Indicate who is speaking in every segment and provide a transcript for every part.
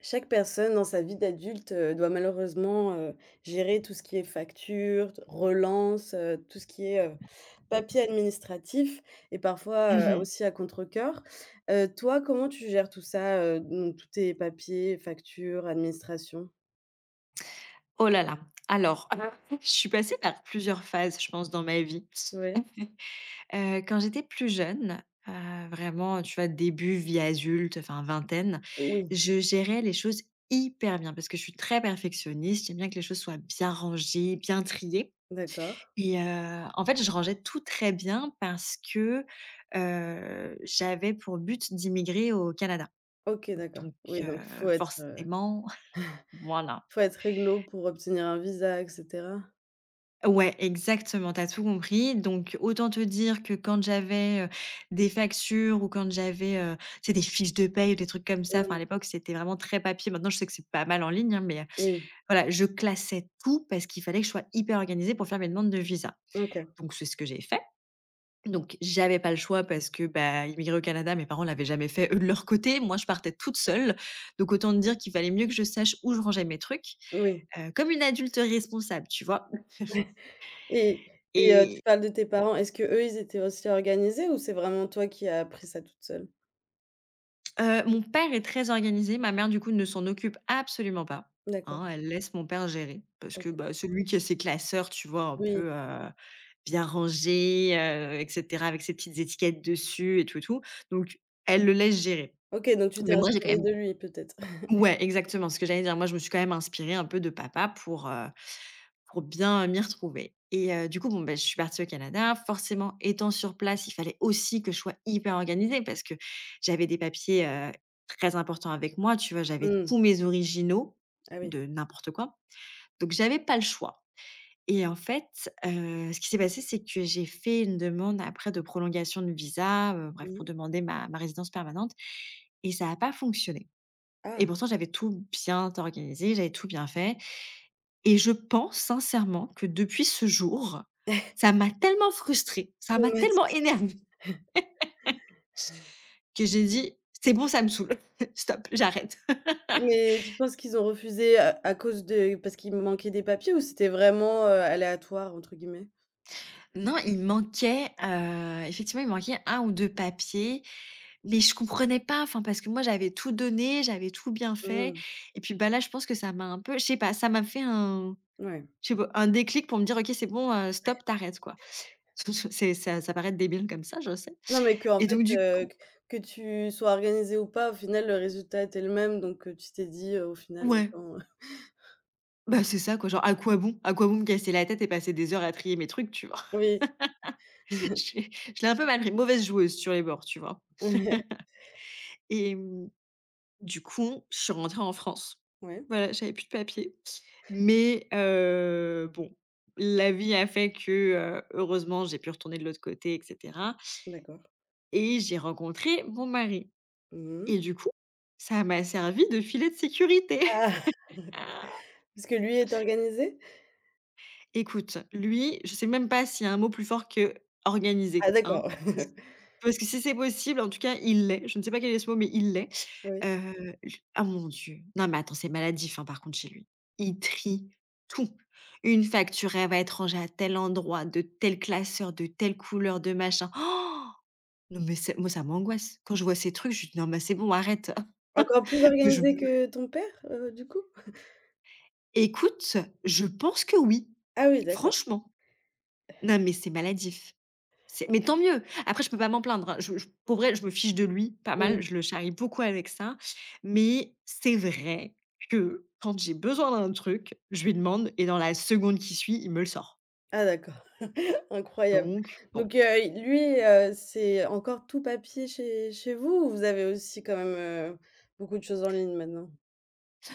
Speaker 1: Chaque personne dans sa vie d'adulte, doit malheureusement, gérer tout ce qui est facture, t relance, tout ce qui est, papier administratif et parfois,
Speaker 2: Mmh mh.
Speaker 1: aussi à contrecœur. Toi, comment tu gères tout ça, donc tous tes papiers, factures, administration?
Speaker 2: Oh là là! Alors, je suis passée par plusieurs phases, je pense, dans ma vie.
Speaker 1: Oui.
Speaker 2: Quand j'étais plus jeune, vraiment, tu vois, début vie adulte, enfin vingtaine,
Speaker 1: Oui,
Speaker 2: je gérais les choses hyper bien parce que je suis très perfectionniste. J'aime bien que les choses soient bien rangées, bien triées,
Speaker 1: d'accord.
Speaker 2: et en fait, je rangeais tout très bien parce que, j'avais pour but d'immigrer au Canada.
Speaker 1: OK, d'accord.
Speaker 2: Donc
Speaker 1: Oui,
Speaker 2: heu,
Speaker 1: donc
Speaker 2: forcément, voilà.
Speaker 1: faut être réglo pour obtenir un visa et cetera?
Speaker 2: Ouais, exactement, t'as tout compris. Donc autant te dire que quand j'avais, des factures, ou quand j'avais, tu sais, des fiches de paye ou des trucs comme ça. Enfin, à
Speaker 1: Oui,
Speaker 2: l'époque, c'était vraiment très papier. Maintenant, je sais que c'est pas mal en ligne, hein, mais,
Speaker 1: oui,
Speaker 2: voilà, je classais tout parce qu'il fallait que je sois hyper organisée pour faire mes demandes de visa.
Speaker 1: OK,
Speaker 2: Donc c'est ce que j'ai fait. Donc j'avais pas le choix parce que, bah, immigrer au Canada, mes parents l'avaient jamais fait, eux, de leur côté. Moi, je partais toute seule, donc autant te dire qu'il fallait mieux que je sache où je rangeais mes trucs,
Speaker 1: oui.
Speaker 2: comme une adulte responsable, tu vois?
Speaker 1: Et
Speaker 2: Et
Speaker 1: tu parles de tes parents, est-ce qu'eux, ils étaient aussi organisés ou c'est vraiment toi qui as appris ça toute seule?
Speaker 2: Mon père est très organisé, ma mère du coup ne s'en occupe absolument pas,
Speaker 1: D'accord,
Speaker 2: hein. Elle laisse mon père gérer parce que,
Speaker 1: OK.
Speaker 2: bah, c'est qui a ses classeurs, tu vois? Un
Speaker 1: Oui.
Speaker 2: peu, bien rangés, et cetera, avec ses petites étiquettes dessus et tout et tout. Donc elle le laisse gérer.
Speaker 1: OK, donc tu t'es
Speaker 2: Mais moi j'ai quand
Speaker 1: inspirée
Speaker 2: même
Speaker 1: de lui peut-être?
Speaker 2: Ouais, exactement, ce que j'allais dire. Moi je me suis quand même inspirée un peu de papa pour, pour bien m'y retrouver, et du coup, bon, ben, je suis partie au Canada. Forcément, étant sur place, il fallait aussi que je sois hyper organisée parce que j'avais des papiers, très importants avec moi, tu vois? J'avais
Speaker 1: Mmh.
Speaker 2: tous mes originaux
Speaker 1: Ah oui.
Speaker 2: de n'importe quoi, donc j'avais pas le choix. Et en fait, ce qui s'est passé, c'est que j'ai fait une demande après de prolongation de visa, bref,
Speaker 1: Mmh
Speaker 2: pour
Speaker 1: mh.
Speaker 2: demander ma résidence permanente, et ça a pas fonctionné. Et
Speaker 1: Ah!
Speaker 2: pourtant, j'avais tout bien organisé, j'avais tout bien fait, et je pense sincèrement que depuis ce jour, ça m'a tellement frustrée, ça m'a tellement
Speaker 1: Traumatisme.
Speaker 2: énervée, que j'ai dit: «C'est bon, ça me saoule, stop, j'arrête».
Speaker 1: Mais tu penses qu'ils ont refusé à cause de parce qu'il manquait des papiers ou c'était vraiment, «aléatoire» entre guillemets?
Speaker 2: Non, il manquait, effectivement, il manquait un ou 2 papiers, mais je comprenais pas, enfin, parce que moi, j'avais tout donné, j'avais tout bien fait.
Speaker 1: Mmh.
Speaker 2: Et puis, bah, là, je pense que ça m'a un peu, je sais pas, ça m'a fait un,
Speaker 1: Ouais.
Speaker 2: je sais pas, un déclic pour me dire: «OK, c'est bon, stop, t'arrêtes quoi». C'est ça, ça paraît débile comme ça, je sais,
Speaker 1: Non, mais qu'en
Speaker 2: et donc
Speaker 1: fait,
Speaker 2: du coup,
Speaker 1: q que tu sois organisée ou pas, au final, le résultat était le même donc, tu t'es dit, «Au final,
Speaker 2: ouais.
Speaker 1: autant»
Speaker 2: Bah, c'est ça quoi, genre à quoi bon? À quoi bon me casser la tête et passer des heures à trier mes trucs, tu vois?
Speaker 1: oui.
Speaker 2: J'ai je l'ai un peu mal pris, mauvaise joueuse sur les bords, tu vois? Et du coup, je suis rentrée en France.
Speaker 1: Ouais,
Speaker 2: Voilà, j'avais plus de papiers. Mais bon, la vie a fait que, heureusement, j'ai pu retourner de l'autre côté, et cetera,
Speaker 1: d'accord.
Speaker 2: et j'ai rencontré mon mari,
Speaker 1: Mmh
Speaker 2: et
Speaker 1: mh.
Speaker 2: du coup, ça m'a servi de filet de sécurité.
Speaker 1: Ah! Parce que lui est organisé?
Speaker 2: Écoute, lui, je sais même pas s'il y a un mot plus fort que
Speaker 1: Ah
Speaker 2: «organisé», hein.
Speaker 1: d'accord.
Speaker 2: Parce parce que si c'est possible, en tout cas, il l'est. Je ne sais pas quel est ce mot, mais il l'est.
Speaker 1: Oui.
Speaker 2: J Ah mon Dieu! Non, mais attends, c'est maladif, hein, par contre chez lui. Il trie tout. Une facture, elle va être rangée à tel endroit, de tel classeur, de telle couleur, de machin. Oh! Non, mais c'est moi, ça m'angoisse. Quand je vois ces trucs, je dis: «Non, mais c'est bon, arrête».
Speaker 1: Encore plus
Speaker 2: Je
Speaker 1: organisé que ton père, du coup?
Speaker 2: Écoute, je pense que oui,
Speaker 1: Ah oui d'accord.
Speaker 2: franchement. Non, mais c'est maladif. C'est Mais tant mieux! Après, je peux pas m'en plaindre, hein. Je pour vrai, je me fiche de lui pas mal,
Speaker 1: Mmh.
Speaker 2: je le charrie beaucoup avec ça, mais c'est vrai que quand j'ai besoin d'un truc, je lui demande et dans la seconde qui suit, il me le sort.
Speaker 1: Ah d'accord, incroyable.
Speaker 2: Donc bon.
Speaker 1: Donc lui, c'est encore tout papier chez chez vous ou vous avez aussi quand même, heu, beaucoup de choses en ligne maintenant?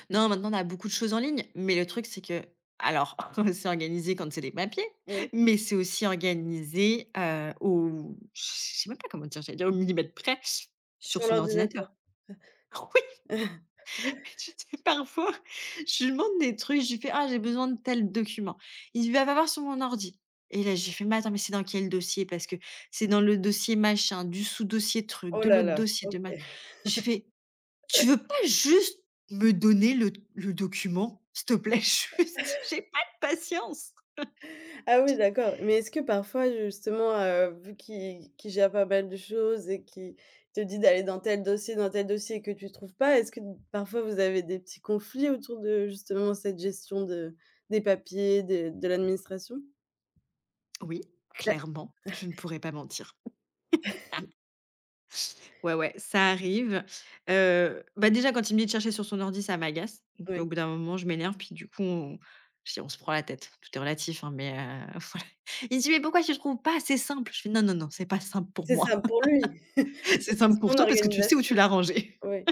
Speaker 2: Non, maintenant on a beaucoup de choses en ligne, mais le truc c'est que, alors, c'est organisé quand c'est des papiers,
Speaker 1: Oui,
Speaker 2: mais c'est aussi organisé, au, je sais même pas comment dire, j'allais dire au millimètre près sur
Speaker 1: sur
Speaker 2: son
Speaker 1: l'ordinateur?
Speaker 2: ordinateur. Tu sais, parfois, je lui demande des trucs, je lui fais: «Ah, j'ai besoin de tel document». Il va voir sur mon ordi et là, j'ai fait: «Mais attends, mais c'est dans quel dossier?» parce que c'est dans le dossier machin, du sous-dossier truc,
Speaker 1: Oh
Speaker 2: de
Speaker 1: là
Speaker 2: l'autre
Speaker 1: là,
Speaker 2: dossier de
Speaker 1: OK.
Speaker 2: ma . Je fais: «Tu veux pas juste me donner le document, s'il te plaît?» Juste, j'ai pas de patience.
Speaker 1: Ah oui, d'accord. Mais est-ce que parfois justement, vu qu'il gère pas mal de choses et qu'il te dit d'aller dans tel dossier et que tu trouves pas, est-ce que parfois vous avez des petits conflits autour de justement cette gestion de des papiers, de l'administration?
Speaker 2: Oui,
Speaker 1: Bah
Speaker 2: clairement, je ne pourrais pas mentir. Ouais, ouais, ça arrive. Bah, déjà quand il me dit de chercher sur son ordi, ça m'agace. Donc au
Speaker 1: ouais,
Speaker 2: bout d'un moment, je m'énerve, puis du coup, on je dis: «On se prend la tête». Tout est relatif, hein, mais voilà. Il me dit: «Mais pourquoi tu ne trouves pas? Assez simple». Je fais: «Non, non, non, c'est pas simple pour
Speaker 1: c'est
Speaker 2: moi.
Speaker 1: ça pour lui, parce que
Speaker 2: C'est simple
Speaker 1: c'est
Speaker 2: pour
Speaker 1: son
Speaker 2: toi parce que tu sais où tu
Speaker 1: organisation.
Speaker 2: l'as rangé».
Speaker 1: Oui.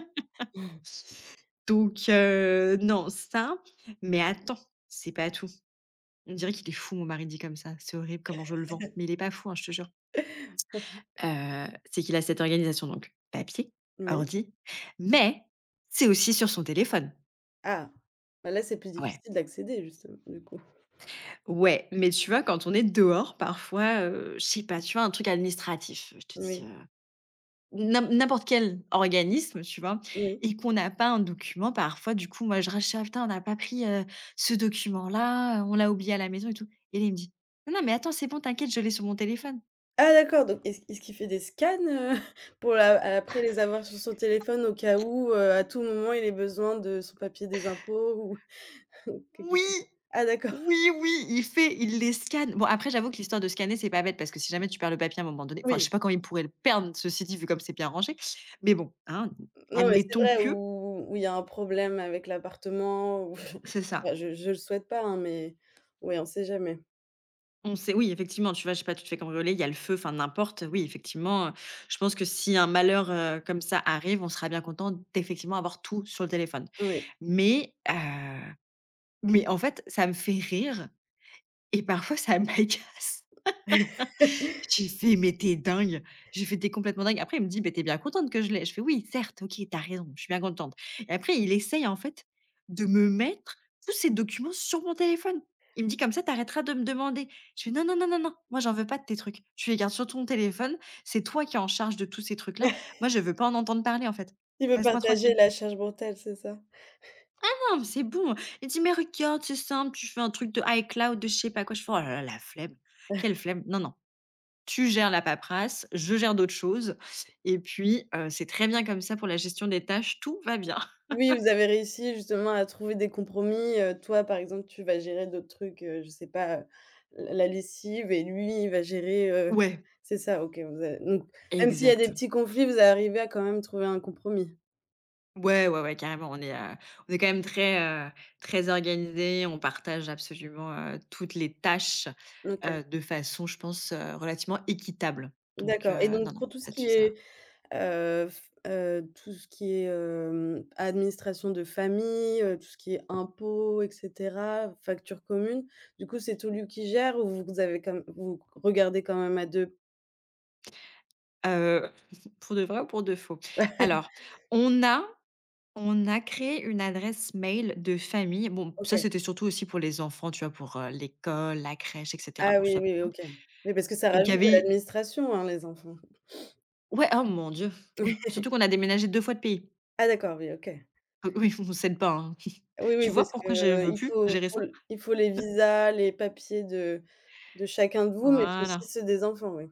Speaker 2: Donc non, ça. Mais attends, c'est pas tout. On dirait qu'il est fou, mon mari dit comme ça. C'est horrible comment je le vends, mais il est pas fou, hein, je te jure. C'est qu'il a cette organisation, donc papier,
Speaker 1: Oui.
Speaker 2: ordi, mais c'est aussi sur son téléphone.
Speaker 1: Ah! Bah là, c'est plus
Speaker 2: Ouais.
Speaker 1: difficile d'accéder justement, du coup.
Speaker 2: Ouais, mais tu vois, quand on est dehors parfois, je sais pas, tu vois, un truc administratif, je te dis,
Speaker 1: Oui,
Speaker 2: n'importe quel organisme, tu vois?
Speaker 1: oui.
Speaker 2: Et qu'on n'a pas un document parfois, du coup, moi je rachète: «Ah putain, on n'a pas pris, ce document-là, on l'a oublié à la maison et tout», et lui il me dit: «Non, non, mais attends, c'est bon, t'inquiète, je l'ai sur mon téléphone».
Speaker 1: Ah d'accord, donc est-ce qu'il fait des scans, pour la après les avoir sur son téléphone au cas où, à tout moment il ait besoin de son papier des impôts ou ou quelque ch
Speaker 2: Oui!
Speaker 1: ah d'accord,
Speaker 2: Oui, oui, il les scanne. Bon, après, j'avoue que l'histoire de scanner, c'est pas bête parce que si jamais tu perds le papier à un moment donné, enfin, je sais
Speaker 1: oui,
Speaker 2: pas quand il pourrait le perdre, ceci dit, vu comme c'est bien rangé. Mais bon, hein,
Speaker 1: non mais c'est
Speaker 2: admettons
Speaker 1: vrai
Speaker 2: que
Speaker 1: où il y a un problème avec l'appartement ou
Speaker 2: c'est
Speaker 1: bah,
Speaker 2: ça.
Speaker 1: je le souhaite pas, hein, mais oui, on sait jamais.
Speaker 2: On sait, oui, effectivement, tu vois, je sais pas, tu te fais cambrioler, il y a le feu, enfin n'importe. Oui, effectivement, je pense que si un malheur, comme ça arrive, on sera bien content d'effectivement avoir tout sur le téléphone.
Speaker 1: Oui.
Speaker 2: Mais, mais en fait, ça me fait rire et parfois ça m'agace. J'ai fait: «Mais t'es dingue!» J'ai fait: t'es complètement dingue». Après, il me dit: mais t'es bien contente que je l'ai?» Je fais: «Oui, certes, OK, t'as raison, je suis bien contente». Et après, il essaye en fait de me mettre tous ces documents sur mon téléphone. Il me dit: «Comme ça, t'arrêteras de me demander». Je fais: «Non, non, non, non, non, moi j'en veux pas de tes trucs. Tu les gardes sur ton téléphone, c'est toi qui es en charge de tous ces trucs-là. Moi, je veux pas en entendre parler en fait.
Speaker 1: Il veut
Speaker 2: Laisse-moi
Speaker 1: partager
Speaker 2: tranquille».
Speaker 1: la charge mentale, c'est ça?
Speaker 2: «Non, mais c'est bon». Il dit: «Mais regarde, c'est simple, tu fais un truc de iCloud, de je sais pas quoi». Je fais: «Oh là là, la flemme, quelle flemme, non, non». Tu gères la paperasse, je gère d'autres choses, et puis, c'est très bien comme ça pour la gestion des tâches, tout va bien.
Speaker 1: Oui, vous avez réussi justement à trouver des compromis, toi, par exemple, tu vas gérer d'autres trucs, je sais pas, la lessive et lui, il va gérer,
Speaker 2: Ouais,
Speaker 1: c'est ça, OK, vous avez donc même s'il y a des
Speaker 2: exact.
Speaker 1: petits conflits, vous arrivez à quand même trouver un compromis?
Speaker 2: Ouais, ouais, ouais, carrément, on est quand même très organisés, on partage absolument, toutes les tâches,
Speaker 1: OK,
Speaker 2: de façon, je pense, relativement équitable. Donc,
Speaker 1: d'accord et
Speaker 2: non,
Speaker 1: donc
Speaker 2: non,
Speaker 1: pour tout ce
Speaker 2: là-dessus,
Speaker 1: qui
Speaker 2: ça va.
Speaker 1: est, f tout ce qui est, administration de famille, tout ce qui est impôts et cetera, factures communes, du coup, c'est tout lui qui gère ou vous avez quand m vous regardez quand même à 2.
Speaker 2: Heu, pour de vrai ou pour de faux? Alors, on a on a créé une adresse mail de famille. Bon, ça,
Speaker 1: OK.
Speaker 2: c'était surtout aussi pour les enfants, tu vois, pour, l'école, la crèche et cetera,
Speaker 1: Ah
Speaker 2: pour que ce
Speaker 1: oui,
Speaker 2: soit plus
Speaker 1: oui,
Speaker 2: simple.
Speaker 1: OK. Oui, parce que ça
Speaker 2: Donc il y
Speaker 1: rajoute de
Speaker 2: avait
Speaker 1: l'administration, hein, les enfants.
Speaker 2: ouais, oh mon Dieu, oui, surtout qu'on a déménagé 2 fois de pays.
Speaker 1: Ah d'accord, oui, OK.
Speaker 2: Donc oui, on ne s'aide pas, hein.
Speaker 1: Oui,
Speaker 2: Tu
Speaker 1: oui,
Speaker 2: vois
Speaker 1: parce que,
Speaker 2: pourquoi je veux
Speaker 1: il
Speaker 2: plus
Speaker 1: faut
Speaker 2: gérer
Speaker 1: pour
Speaker 2: ça?
Speaker 1: l il faut les visas, les papiers de chacun de vous, mais il faut aussi
Speaker 2: Voilà,
Speaker 1: ceux des enfants, oui.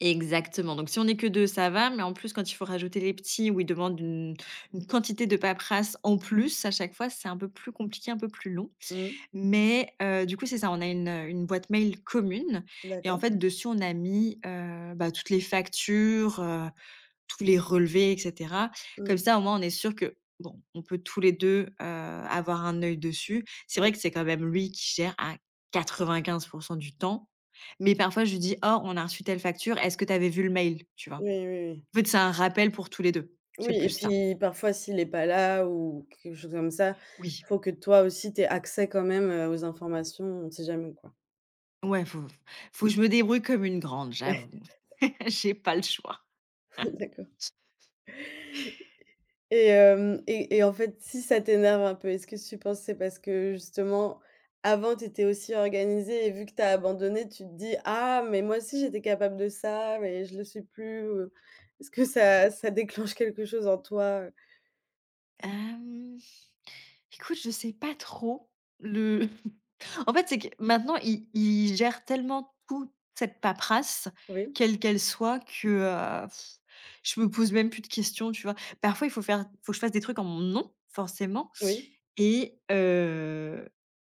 Speaker 2: exactement. Donc si on est que 2, ça va, mais en plus, quand il faut rajouter les petits où ils demandent une quantité de paperasse en plus à chaque fois, c'est un peu plus compliqué, un peu plus long.
Speaker 1: Mmh.
Speaker 2: Mais du coup, c'est ça, on a une boîte mail commune et en
Speaker 1: D'accord.
Speaker 2: fait, dessus, on a mis, bah, toutes les factures, tous les relevés et cetera.
Speaker 1: Mmh.
Speaker 2: Comme ça, au moins, on est sûr que, bon, on peut tous les deux, avoir un œil dessus. C'est
Speaker 1: Oui.
Speaker 2: vrai que c'est quand même lui qui gère à 95 du temps, mais parfois, je lui dis: «Oh, on a reçu telle facture, est-ce que tu avais vu le mail?» tu vois?
Speaker 1: Oui, oui, oui.
Speaker 2: En fait, c'est un rappel pour tous les 2. C'est
Speaker 1: Oui
Speaker 2: plus
Speaker 1: et
Speaker 2: ça.
Speaker 1: puis parfois s'il est pas là ou quelque chose comme ça,
Speaker 2: Oui,
Speaker 1: faut que toi aussi tu aies accès quand même, aux informations, on sait jamais quoi.
Speaker 2: ouais, faut que je me débrouille comme une grande, j'avoue. J'ai pas le choix.
Speaker 1: Ouais, d'accord. Et hem et en fait, si ça t'énerve un peu, est-ce que tu penses que c'est parce que justement, avant, tu étais aussi organisée et vu que tu as abandonné, tu te dis: «Ah, mais moi aussi j'étais capable de ça, mais je le suis plus», Est-ce que ça déclenche quelque chose en toi,
Speaker 2: Hem, écoute, je sais pas trop. Le En fait, c'est que maintenant, ils gèrent tellement toute cette paperasse,
Speaker 1: Oui,
Speaker 2: quelle qu'elle soit, que, heu, je me pose même plus de questions, tu vois? Parfois, il faut faire faut que je fasse des trucs en mon nom, forcément.
Speaker 1: oui,
Speaker 2: Et heu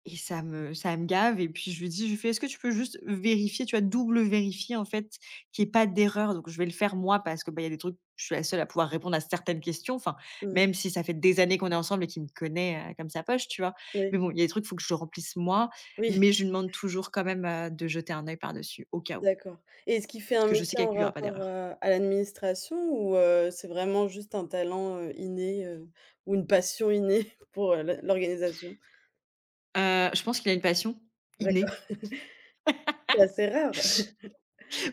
Speaker 2: et ça me gave et puis je lui dis, je lui fais: «Est-ce que tu peux juste vérifier?» tu vois? Double vérifier en fait qu'il y ait pas d'erreur, donc je vais le faire moi parce que, bah, il y a des trucs, je suis la seule à pouvoir répondre à certaines questions, enfin,
Speaker 1: mmh,
Speaker 2: même si ça fait des années qu'on est ensemble et qu'il me connaît, comme sa poche, tu vois? Mais
Speaker 1: oui,
Speaker 2: bon, il y a des trucs, il faut que je remplisse moi,
Speaker 1: oui,
Speaker 2: mais je lui demande toujours quand même, de jeter un œil par-dessus au cas où,
Speaker 1: d'accord et est-ce qu'il fait un
Speaker 2: parce que je sais
Speaker 1: métier
Speaker 2: qu'avec
Speaker 1: en
Speaker 2: lui, il y aura pas
Speaker 1: rapport
Speaker 2: d'erreur.
Speaker 1: à l'administration ou c'est vraiment juste un talent, inné, ou une passion innée pour, l'organisation?
Speaker 2: Je pense qu'il a une passion
Speaker 1: D'accord,
Speaker 2: innée.
Speaker 1: c'est assez rare.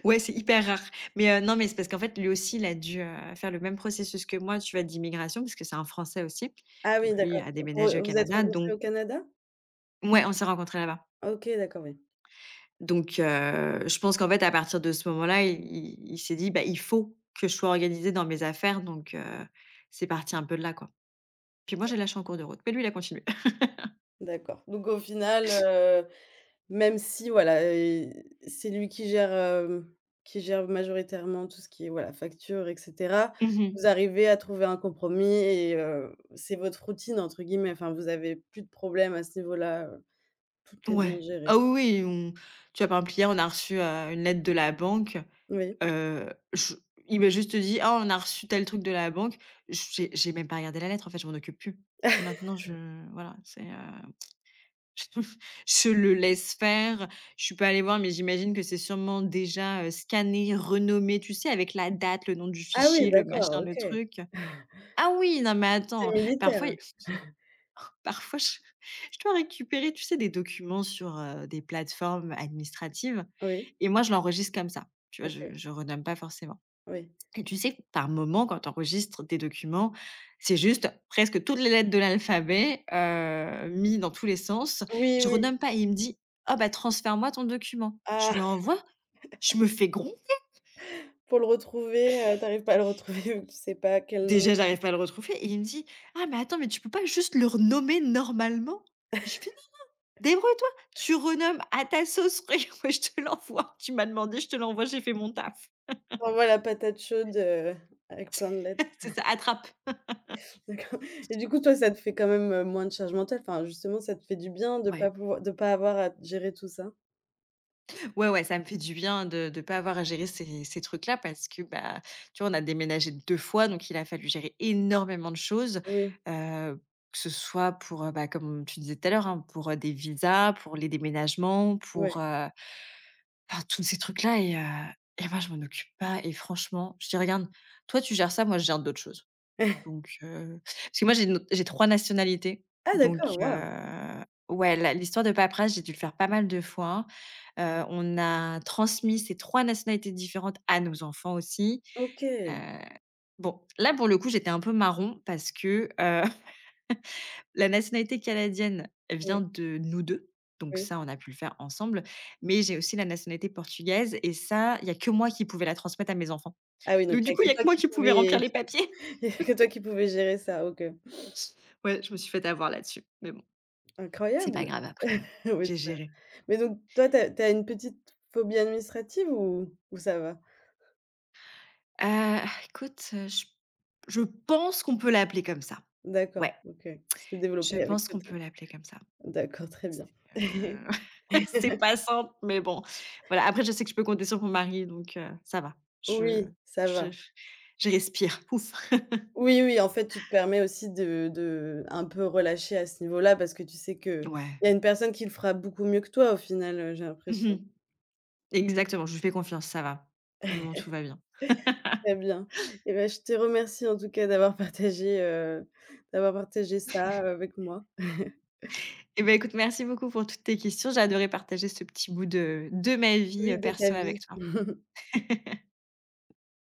Speaker 2: Ouais, c'est hyper rare. Mais non, mais c'est parce qu'en fait, lui aussi, il a dû, faire le même processus que moi, tu vois, d'immigration, parce que c'est un Français aussi.
Speaker 1: Ah oui,
Speaker 2: Donc lui
Speaker 1: d'accord.
Speaker 2: a
Speaker 1: Pour,
Speaker 2: déménagé au
Speaker 1: vous êtes
Speaker 2: Canada,
Speaker 1: rencontrés
Speaker 2: donc
Speaker 1: au Canada?
Speaker 2: ouais, on s'est rencontrés là-bas.
Speaker 1: OK, d'accord, oui.
Speaker 2: Donc je pense qu'en fait, à partir de ce moment-là, il s'est dit: «Bah, il faut que je sois organisée dans mes affaires», donc, c'est parti un peu de là, quoi. Puis moi, j'ai lâché en cours de route, mais lui, il a continué.
Speaker 1: D'accord. Donc au final, même si voilà, c'est lui qui gère, qui gère majoritairement tout ce qui est, voilà, facture et cetera,
Speaker 2: Mmh mh.
Speaker 1: vous arrivez à trouver un compromis et c'est votre «routine» entre guillemets, enfin vous avez plus de problèmes à ce niveau-là, tout est bien
Speaker 2: Ouais.
Speaker 1: géré?
Speaker 2: Ah oui, oui, on tu vois, par exemple, hier, on a reçu, une lettre de la banque.
Speaker 1: Oui.
Speaker 2: Je il m'a juste dit: «Ah, on a reçu tel truc de la banque». J'ai même pas regardé la lettre, en fait, je m'en occupe plus. Maintenant, je voilà, c'est, je le laisse faire. Je suis pas allée voir, mais j'imagine que c'est sûrement déjà, scanné, renommé, tu sais, avec la date, le nom du
Speaker 1: Ah oui,
Speaker 2: fichier, le machin,
Speaker 1: d'accord,
Speaker 2: le
Speaker 1: OK.
Speaker 2: truc. Ah oui, non mais
Speaker 1: C'est
Speaker 2: attends, parfois
Speaker 1: militaire?
Speaker 2: il parfois je dois récupérer, tu sais, des documents sur, des plateformes administratives
Speaker 1: Oui,
Speaker 2: et moi je l'enregistre comme ça, tu vois? Je
Speaker 1: OK,
Speaker 2: je renomme pas forcément.
Speaker 1: oui.
Speaker 2: Et tu sais, par moment, quand tu enregistres des documents, c'est juste presque toutes les lettres de l'alphabet, mis dans tous les sens.
Speaker 1: Oui,
Speaker 2: Je
Speaker 1: oui.
Speaker 2: renomme pas et il me dit: «Ah bah, transfère-moi ton document». Je lui
Speaker 1: Ah!
Speaker 2: envoie, je me fais gros.
Speaker 1: Pour le retrouver, tu arrives pas à le retrouver ou tu sais pas quel nom.
Speaker 2: Déjà j'arrive pas à le retrouver et il me dit: «Ah mais attends, mais tu peux pas juste le renommer normalement?» Je fais: «Non, débrouille-toi, tu renommes à ta sauce, regarde, moi je te l'envoie, tu m'as demandé, je te l'envoie, j'ai fait mon taf».
Speaker 1: Tu envoies la patate chaude, avec plein de lettres.
Speaker 2: C'est ça, attrape.
Speaker 1: D'accord et du coup, toi, ça te fait quand même, moins de charge mentale. Enfin, justement, ça te fait du bien de
Speaker 2: Ouais.
Speaker 1: pas pouvoir de pas avoir à gérer tout ça?
Speaker 2: Ouais, ouais, ça me fait du bien de pas avoir à gérer ces trucs-là parce que, bah, tu vois, on a déménagé 2 fois, donc il a fallu gérer énormément de choses,
Speaker 1: Oui,
Speaker 2: heu, que ce soit pour, bah, comme tu disais tout à l'heure, hein, pour, des visas, pour les déménagements, pour,
Speaker 1: ouais.
Speaker 2: enfin tous ces trucs-là et moi je m'en occupe pas et franchement, je dis: «Regarde, toi tu gères ça, moi je gère d'autres choses». Donc, parce que moi j'ai une autre j'ai 3 nationalités,
Speaker 1: Ah
Speaker 2: donc,
Speaker 1: d'accord, waouh!
Speaker 2: ouais, la l'histoire de paperasse, j'ai dû le faire pas mal de fois. On a transmis ces 3 nationalités différentes à nos enfants aussi.
Speaker 1: OK.
Speaker 2: Heu, bon, là pour le coup, j'étais un peu marron parce que, la nationalité canadienne vient
Speaker 1: Oui,
Speaker 2: de nous 2, donc
Speaker 1: oui.
Speaker 2: ça, on a pu le faire ensemble. Mais j'ai aussi la nationalité portugaise et ça, il y a que moi qui pouvais la transmettre à mes enfants.
Speaker 1: Ah oui, donc
Speaker 2: Donc
Speaker 1: il
Speaker 2: du
Speaker 1: y a
Speaker 2: coup, il
Speaker 1: que
Speaker 2: y a
Speaker 1: toi
Speaker 2: que moi
Speaker 1: qui
Speaker 2: qui pouvais remplir
Speaker 1: pouvais
Speaker 2: les papiers.
Speaker 1: il y a que toi qui pouvais gérer ça, OK.
Speaker 2: Ouais, je me suis fait avoir là-dessus, mais bon. C'est pas
Speaker 1: Incroyable!
Speaker 2: grave après,
Speaker 1: Oui,
Speaker 2: J'ai
Speaker 1: c'est vrai.
Speaker 2: géré.
Speaker 1: Mais donc toi, tu as une petite phobie administrative ou ça va?
Speaker 2: Heu, écoute, je pense qu'on peut l'appeler comme ça.
Speaker 1: D'accord,
Speaker 2: Ouais,
Speaker 1: OK, qui s'est
Speaker 2: je
Speaker 1: développée avec
Speaker 2: pense
Speaker 1: le
Speaker 2: qu'on
Speaker 1: temps.
Speaker 2: peut l'appeler comme ça.
Speaker 1: D'accord, très bien.
Speaker 2: Heu, c'est pas simple, mais bon, voilà. Après, je sais que je peux compter sur mon mari, donc, ça va. Je
Speaker 1: Oui, ça
Speaker 2: je
Speaker 1: va.
Speaker 2: je respire, ouf.
Speaker 1: Oui, oui, en fait, tu te permets aussi de un peu relâcher à ce niveau-là parce que tu sais que
Speaker 2: Ouais.
Speaker 1: il y a une personne qui le fera beaucoup mieux que toi au final, j'ai l'impression.
Speaker 2: Mmh. Exactement, je lui fais confiance, ça va. Pour le moment, tout va bien.
Speaker 1: Très bien. Et ben, je te remercie en tout cas d'avoir partagé ça avec moi.
Speaker 2: Eh ben, écoute, merci beaucoup pour toutes tes questions. J'ai adoré partager ce petit bout de ma vie,
Speaker 1: Oui, de ta
Speaker 2: perso avec
Speaker 1: vie.
Speaker 2: toi.